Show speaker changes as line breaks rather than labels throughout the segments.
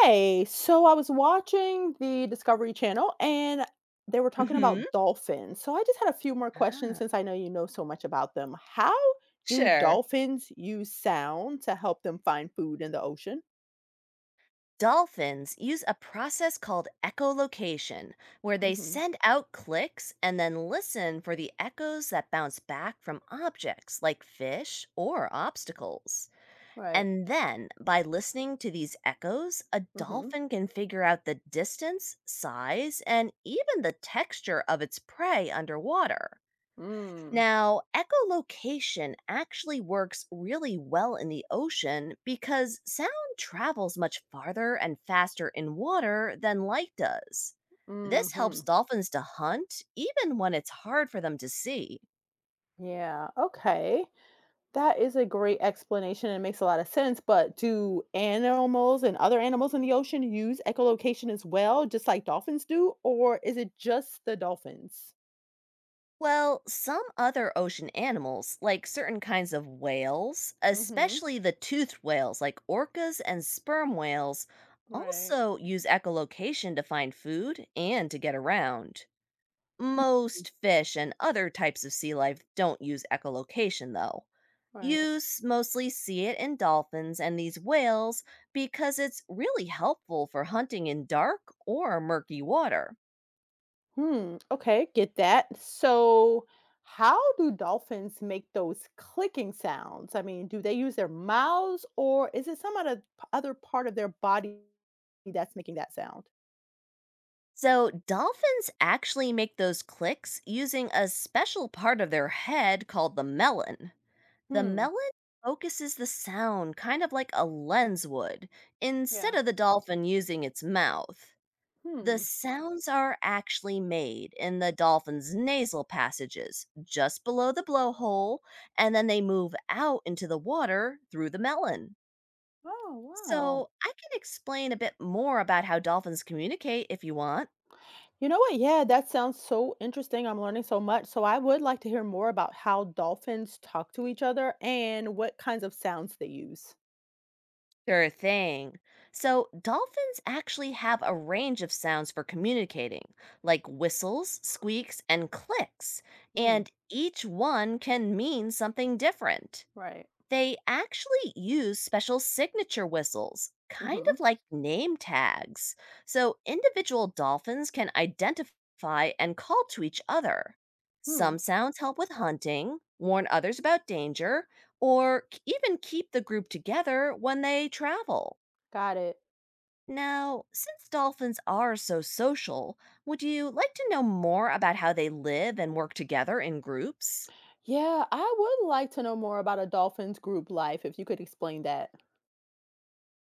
Hey, so I was watching the Discovery Channel and they were talking
hmm
about dolphins. So I just had a few more
Ah.
questions since I know you know so much about them. How do
Sure.
dolphins use sound to help them find food in the ocean?
Dolphins use a process called echolocation, where they
Hmm.
send out clicks and then listen for the echoes that bounce back from objects like fish or obstacles.
Right.
And then, by listening to these echoes, a
Hmm.
dolphin can figure out the distance, size, and even the texture of its prey underwater.
Mm.
Now, echolocation actually works really well in the ocean because sound travels much farther and faster in water than light does. This
Hmm.
helps dolphins to hunt even when it's hard for them to see.
Yeah. Okay. That is a great explanation and makes a lot of sense. But do animals and other animals in the ocean use echolocation as well, just like dolphins do, or is it just the dolphins?
Well, some other ocean animals, like certain kinds of whales,
Mhm.
especially the toothed whales like orcas and sperm whales,
Right.
also use echolocation to find food and to get around.
Mm.
Most fish and other types of sea life don't use echolocation, though.
Right.
Mostly see it in dolphins and these whales because it's really helpful for hunting in dark or murky water.
Hmm, okay, get that. So, how do dolphins make those clicking sounds? I mean, do they use their mouths or is it some other part of their body that's making that sound?
So, dolphins actually make those clicks using a special part of their head called the melon. The
Hmm.
melon focuses the sound kind of like a lens would, instead
Yeah.
of the dolphin using its mouth. The
Hmm.
sounds are actually made in the dolphin's nasal passages, just below the blowhole, and then they move out into the water through the melon.
Oh, wow.
So, I can explain a bit more about how dolphins communicate if you want.
You know what? Yeah, that sounds so interesting. I'm learning so much. So, I would like to hear more about how dolphins talk to each other and what kinds of sounds they use.
Sure thing. So, dolphins actually have a range of sounds for communicating, like whistles, squeaks, and clicks,
Hmm.
and each one can mean something different.
Right.
They actually use special signature whistles, kind
Mhm.
of like name tags, so individual dolphins can identify and call to each other.
Hmm.
Some sounds help with hunting, warn others about danger, or even keep the group together when they travel.
Got it.
Now, since dolphins are so social, would you like to know more about how they live and work together in groups?
Yeah, I would like to know more about a dolphin's group life if you could explain that.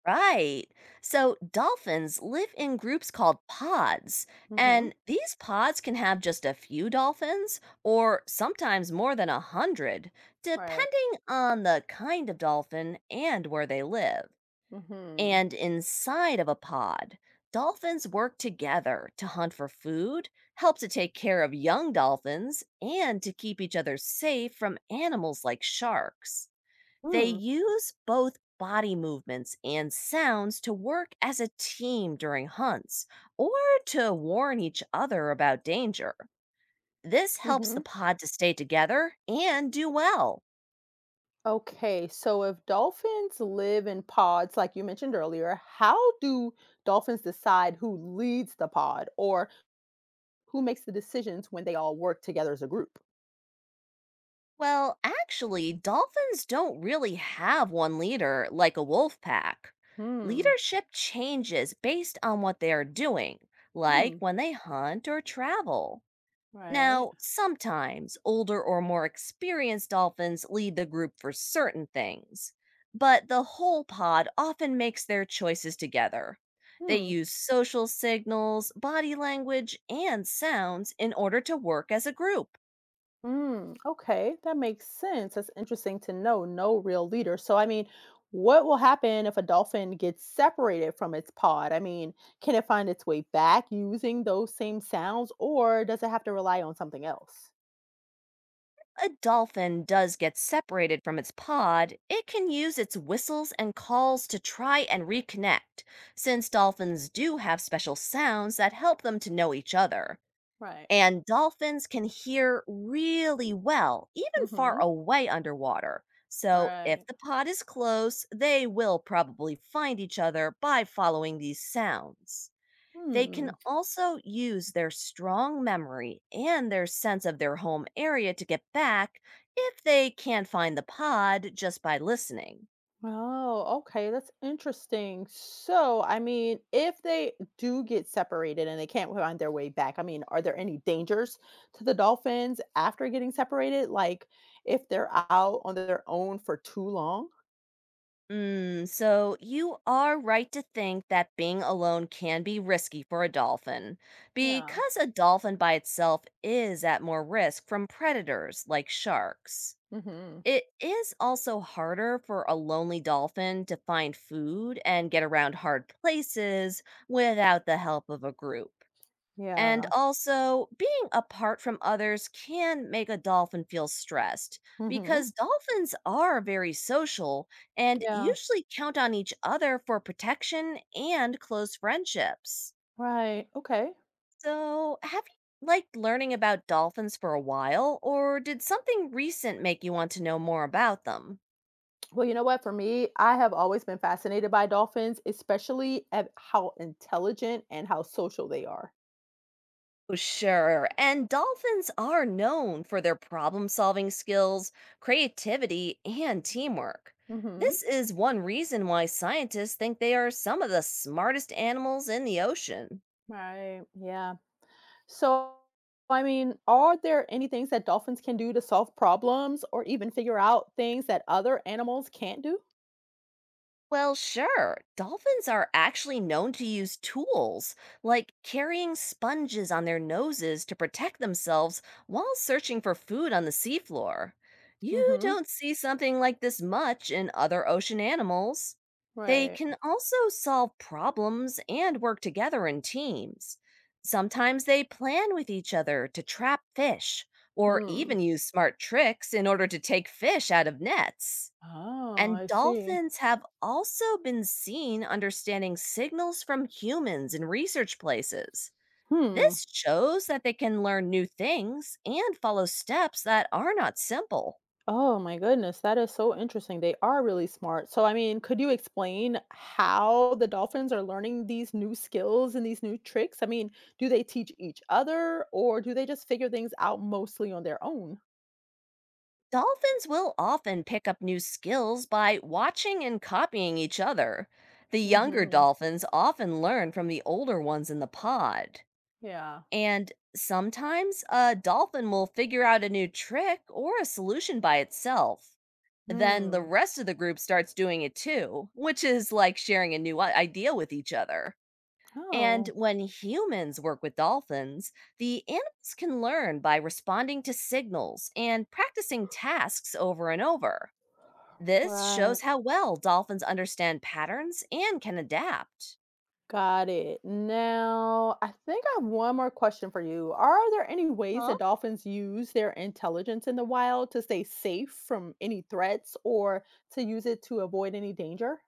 Right. So dolphins live in groups called pods, and
Mhm.
these pods can have just a few dolphins or sometimes more than a hundred,
Right.
depending on the kind of dolphin and where they live.
Mhm.
And inside of a pod, dolphins work together to hunt for food, help to take care of young dolphins, and to keep each other safe from animals like sharks. They
Mm.
use both body movements and sounds to work as a team during hunts or to warn each other about danger. This helps the
Mhm.
pod to stay together and do well.
Okay, so if dolphins live in pods like you mentioned earlier, how do dolphins decide who leads the pod or who makes the decisions when they all work together as a group?
Well, actually, dolphins don't really have one leader like a wolf pack.
Hmm.
Leadership changes based on what they are doing, like
Hmm.
when they hunt or travel.
Right.
Now, sometimes older or more experienced dolphins lead the group for certain things, but the whole pod often makes their choices together. They
Hmm.
use social signals, body language, and sounds in order to work as a group.
Mm, okay, that makes sense. That's interesting to know. No real leader. So, I mean, what will happen if a dolphin gets separated from its pod? I mean, can it find its way back using those same sounds, or does it have to rely on something else?
A dolphin does get separated from its pod, it can use its whistles and calls to try and reconnect, since dolphins do have special sounds that help them to know each other.
Right.
And dolphins can hear really well, even far
Hmm.
away underwater. So, if
Right.
the pod is close, they will probably find each other by following these sounds. They can
Hmm.
also use their strong memory and their sense of their home area to get back if they can't find the pod just by listening.
Oh, okay, that's interesting. So, I mean, if they do get separated and they can't find their way back, I mean, are there any dangers to the dolphins after getting separated? Like, if they're out on their own for too long?
Mm, so you are right to think that being alone can be risky for a dolphin,
Yeah.
because a dolphin by itself is at more risk from predators like sharks.
Mm-hmm.
It is also harder for a lonely dolphin to find food and get around hard places without the help of a group. And
Yeah.
also, being apart from others can make a dolphin feel stressed
Mm-hmm.
because dolphins are very social and
Yeah.
usually count on each other for protection and close friendships.
Right. Okay.
So, have you liked learning about dolphins for a while, or did something recent make you want to know more about them?
Well, you know what? For me, I have always been fascinated by dolphins, especially at how intelligent and how social they are.
Sure. And dolphins are known for their problem solving skills, creativity, and teamwork.
Mm-hmm.
This is one reason why scientists think they are some of the smartest animals in the ocean.
Right. Yeah. So, I mean, are there any things that dolphins can do to solve problems or even figure out things that other animals can't do?
Well, sure. Dolphins are actually known to use tools, like carrying sponges on their noses to protect themselves while searching for food on the seafloor. You
Mm-hmm.
don't see something like this much in other ocean animals. They
Right.
can also solve problems and work together in teams. Sometimes they plan with each other to trap fish, or
Hmm.
even use smart tricks in order to take fish out of nets.
Oh,
And
I see.
dolphins have also been seen understanding signals from humans in research places.
Hmm.
This shows that they can learn new things and follow steps that are not simple.
Oh my goodness, that is so interesting. They are really smart. So, I mean, could you explain how the dolphins are learning these new skills and these new tricks? I mean, do they teach each other or do they just figure things out mostly on their own?
Dolphins will often pick up new skills by watching and copying each other. The younger
Mm-hmm.
dolphins often learn from the older ones in the pod.
Yeah.
And sometimes a dolphin will figure out a new trick or a solution by itself. Then the
Hmm.
rest of the group starts doing it too, which is like sharing a new idea with each other. And
Oh,
when humans work with dolphins, the animals can learn by responding to signals and practicing tasks over and over. This
right.
shows how well dolphins understand patterns and can adapt.
Got it. Now, I think I have one more question for you. Are there any ways
Huh?
that dolphins use their intelligence in the wild to stay safe from any threats or to use it to avoid any danger?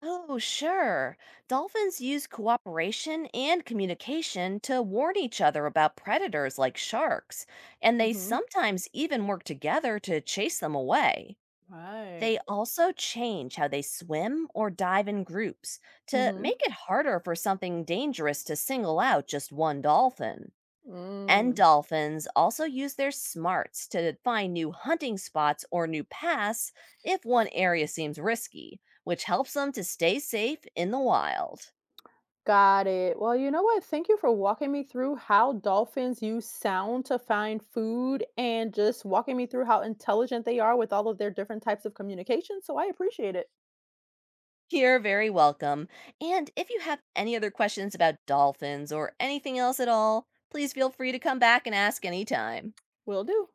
Oh, sure. Dolphins use cooperation and communication to warn each other about predators like sharks, and they
Hmm.
sometimes even work together to chase them away.
Right.
They also change how they swim or dive in groups to
Mm-hmm.
make it harder for something dangerous to single out just one dolphin. And
Mm,
dolphins also use their smarts to find new hunting spots or new paths if one area seems risky, which helps them to stay safe in the wild.
got it. Well, you know what? Thank you for walking me through how dolphins use sound to find food and just walking me through how intelligent they are with all of their different types of communication. So I appreciate it.
You're very welcome. And if you have any other questions about dolphins or anything else at all, please feel free to come back and ask anytime.
Will do.